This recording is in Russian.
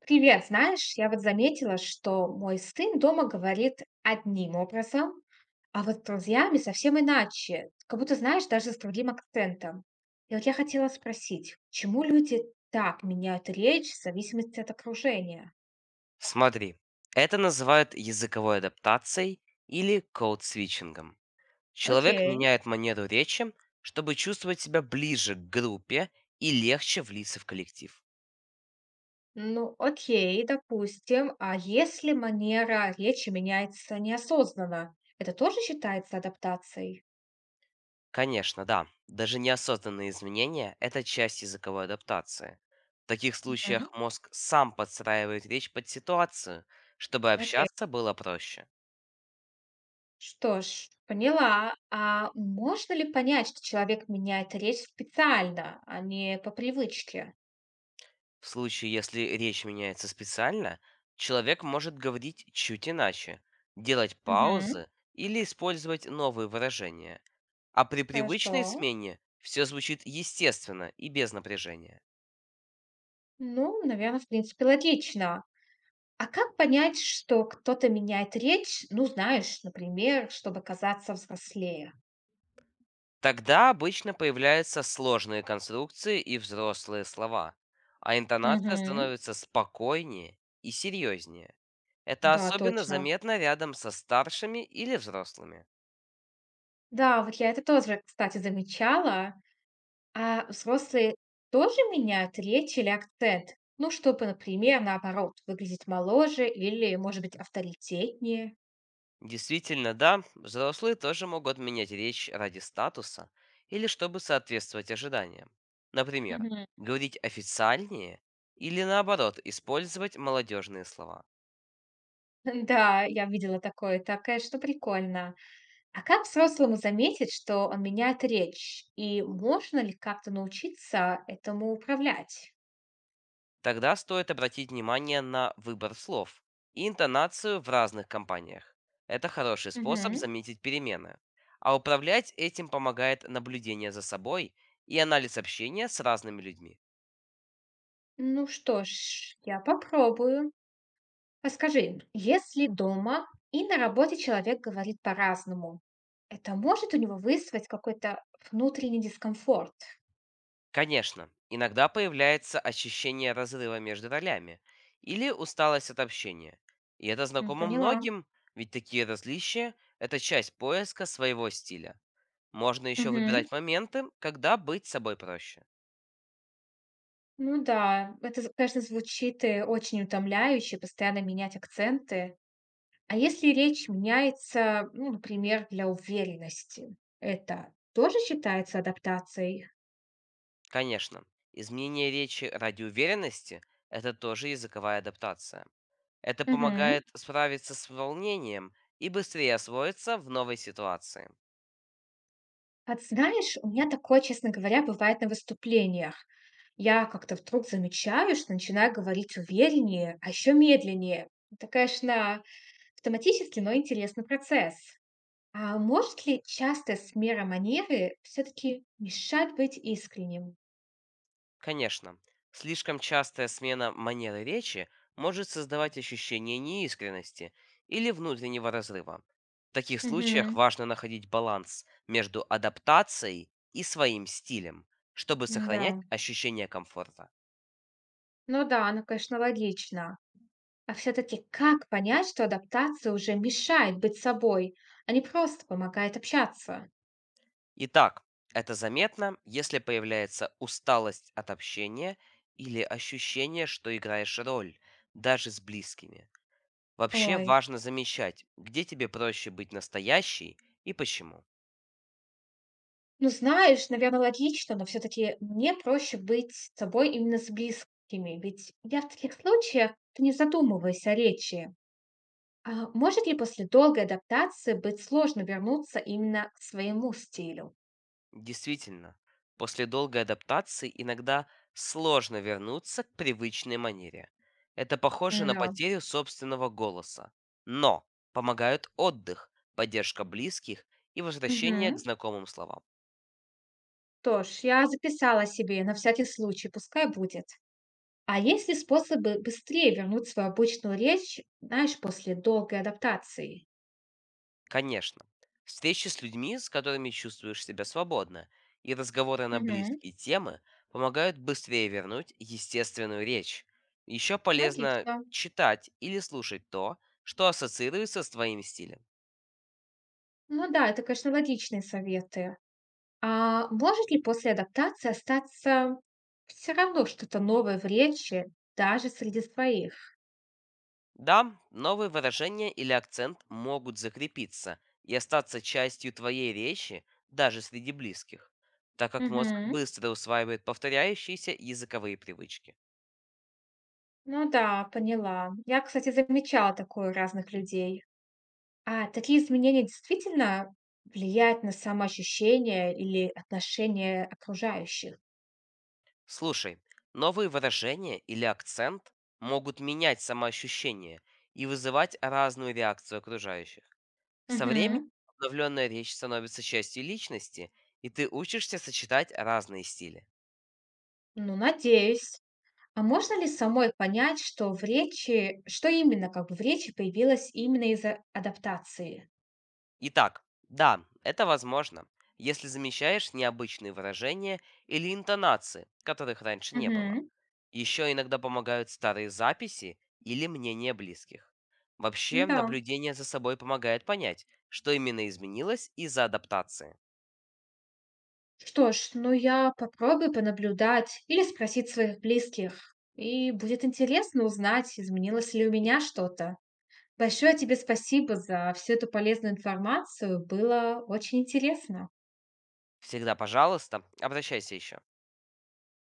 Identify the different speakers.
Speaker 1: Привет, знаешь, я вот заметила, что мой сын дома говорит одним образом, а вот с друзьями совсем иначе, как будто, знаешь, даже с другим акцентом. И вот я хотела спросить, почему люди так меняют речь в зависимости от окружения?
Speaker 2: Смотри, это называют языковой адаптацией или код-свитчингом. Человек
Speaker 1: Окей.
Speaker 2: меняет манеру речи, чтобы чувствовать себя ближе к группе и легче влиться в коллектив.
Speaker 1: Ну, окей, допустим, а если манера речи меняется неосознанно, это тоже считается адаптацией?
Speaker 2: Конечно, да, даже неосознанные изменения– это часть языковой адаптации. В таких
Speaker 1: Мгм.
Speaker 2: случаях мозг сам подстраивает речь под ситуацию, чтобы
Speaker 1: Окей.
Speaker 2: общаться было проще.
Speaker 1: Что ж, поняла. А можно ли понять, что человек меняет речь специально, а не по привычке?
Speaker 2: В случае, если речь меняется специально, человек может говорить чуть иначе, делать
Speaker 1: Мгм.
Speaker 2: паузы или использовать новые выражения. А при
Speaker 1: Хорошо.
Speaker 2: привычной смене все звучит естественно и без напряжения.
Speaker 1: Ну, наверное, в принципе, логично. А как понять, что кто-то меняет речь, ну, знаешь, например, чтобы казаться взрослее?
Speaker 2: Тогда обычно появляются сложные конструкции и взрослые слова, а интонация
Speaker 1: Мгм.
Speaker 2: становится спокойнее и серьезнее. Это
Speaker 1: Да,
Speaker 2: особенно
Speaker 1: точно.
Speaker 2: заметно рядом со старшими или взрослыми.
Speaker 1: Да, вот я это тоже, кстати, замечала. А взрослые тоже меняют речь или акцент? Ну, чтобы, например, наоборот, выглядеть моложе или, может быть, авторитетнее.
Speaker 2: Действительно, да, взрослые тоже могут менять речь ради статуса или чтобы соответствовать ожиданиям. Например,
Speaker 1: Мгм.
Speaker 2: говорить официальнее или наоборот использовать молодежные слова.
Speaker 1: Да, я видела такое. Это, конечно, прикольно. А как взрослому заметить, что он меняет речь? И можно ли как-то научиться этому управлять?
Speaker 2: Тогда стоит обратить внимание на выбор слов и интонацию в разных компаниях. Это хороший способ
Speaker 1: Мгм.
Speaker 2: заметить перемены. А управлять этим помогает наблюдение за собой и анализ общения с разными людьми.
Speaker 1: Ну что ж, я попробую. А скажи, если дома и на работе человек говорит по-разному, это может у него вызвать какой-то внутренний дискомфорт?
Speaker 2: Конечно, иногда появляется ощущение разрыва между ролями или усталость от общения. И это
Speaker 1: М,
Speaker 2: знакомо
Speaker 1: поняла.
Speaker 2: многим, ведь такие различия– это часть поиска своего стиля. Можно еще
Speaker 1: Мгм.
Speaker 2: выбирать моменты, когда быть собой проще.
Speaker 1: Ну да, это, конечно, звучит очень утомляюще, постоянно менять акценты. А если речь меняется, ну, например, для уверенности, это тоже считается адаптацией?
Speaker 2: Конечно, изменение речи ради уверенности– это тоже языковая адаптация. Это
Speaker 1: Мгм.
Speaker 2: помогает справиться с волнением и быстрее освоиться в новой ситуации.
Speaker 1: А ты знаешь, у меня такое, честно говоря, бывает на выступлениях. Я как-то вдруг замечаю, что начинаю говорить увереннее, а еще медленнее. Это, конечно, автоматически, но интересный процесс. А может ли частая смена манеры все-таки мешать быть искренним?
Speaker 2: Конечно, слишком частая смена манеры речи может создавать ощущение неискренности или внутреннего разрыва. В таких случаях
Speaker 1: Угу,
Speaker 2: важно находить баланс между адаптацией и своим стилем, чтобы сохранять
Speaker 1: да.
Speaker 2: ощущение комфорта.
Speaker 1: Ну да, оно, конечно, логично. А все-таки как понять, что адаптация уже мешает быть собой, а не просто помогает общаться?
Speaker 2: Итак, это заметно, если появляется усталость от общения или ощущение, что играешь роль, даже с близкими. Вообще
Speaker 1: Ой.
Speaker 2: важно замечать, где тебе проще быть настоящей и почему.
Speaker 1: Ну, знаешь, наверное, логично, но все-таки мне проще быть с собой именно с близкими, ведь я в таких случаях ты не задумываюсь о речи. А может ли после долгой адаптации быть сложно вернуться именно к своему стилю?
Speaker 2: Действительно, после долгой адаптации иногда сложно вернуться к привычной манере. Это похоже на
Speaker 1: Да.
Speaker 2: потерю собственного голоса. Но помогают отдых, поддержка близких и возвращение к
Speaker 1: Мгм.
Speaker 2: знакомым словам.
Speaker 1: Что ж, я записала себе на всякий случай, пускай будет. А есть ли способы быстрее вернуть свою обычную речь, знаешь, после долгой адаптации?
Speaker 2: Конечно, встречи с людьми, с которыми чувствуешь себя свободно, и разговоры на
Speaker 1: Угу.
Speaker 2: близкие темы помогают быстрее вернуть естественную речь. Еще полезно
Speaker 1: Логично.
Speaker 2: читать или слушать то, что ассоциируется с твоим стилем.
Speaker 1: Ну да, это, конечно, логичные советы. А может ли после адаптации остаться все равно что-то новое в речи даже среди своих?
Speaker 2: Да, новые выражения или акцент могут закрепиться и остаться частью твоей речи даже среди близких, так как мозг
Speaker 1: Мгм.
Speaker 2: быстро усваивает повторяющиеся языковые привычки.
Speaker 1: Ну да, поняла. Я, кстати, замечала такое у разных людей. А такие изменения действительно влияют на самоощущение или отношение окружающих?
Speaker 2: Слушай, новые выражения или акцент могут менять самоощущение и вызывать разную реакцию окружающих. Со временем
Speaker 1: Мгм.
Speaker 2: обновленная речь становится частью личности, и ты учишься сочетать разные стили.
Speaker 1: Ну, надеюсь. А можно ли самой понять, что в речи, что именно как бы в речи появилось именно из-за адаптации?
Speaker 2: Итак, да, это возможно, если замечаешь необычные выражения или интонации, которых раньше не было.
Speaker 1: Угу.
Speaker 2: Еще иногда помогают старые записи или мнения близких. Вообще,
Speaker 1: Да.
Speaker 2: наблюдение за собой помогает понять, что именно изменилось из-за адаптации.
Speaker 1: Что ж, ну я попробую понаблюдать или спросить своих близких. И будет интересно узнать, изменилось ли у меня что-то. Большое тебе спасибо за всю эту полезную информацию. Было очень интересно.
Speaker 2: Всегда, пожалуйста, обращайся еще.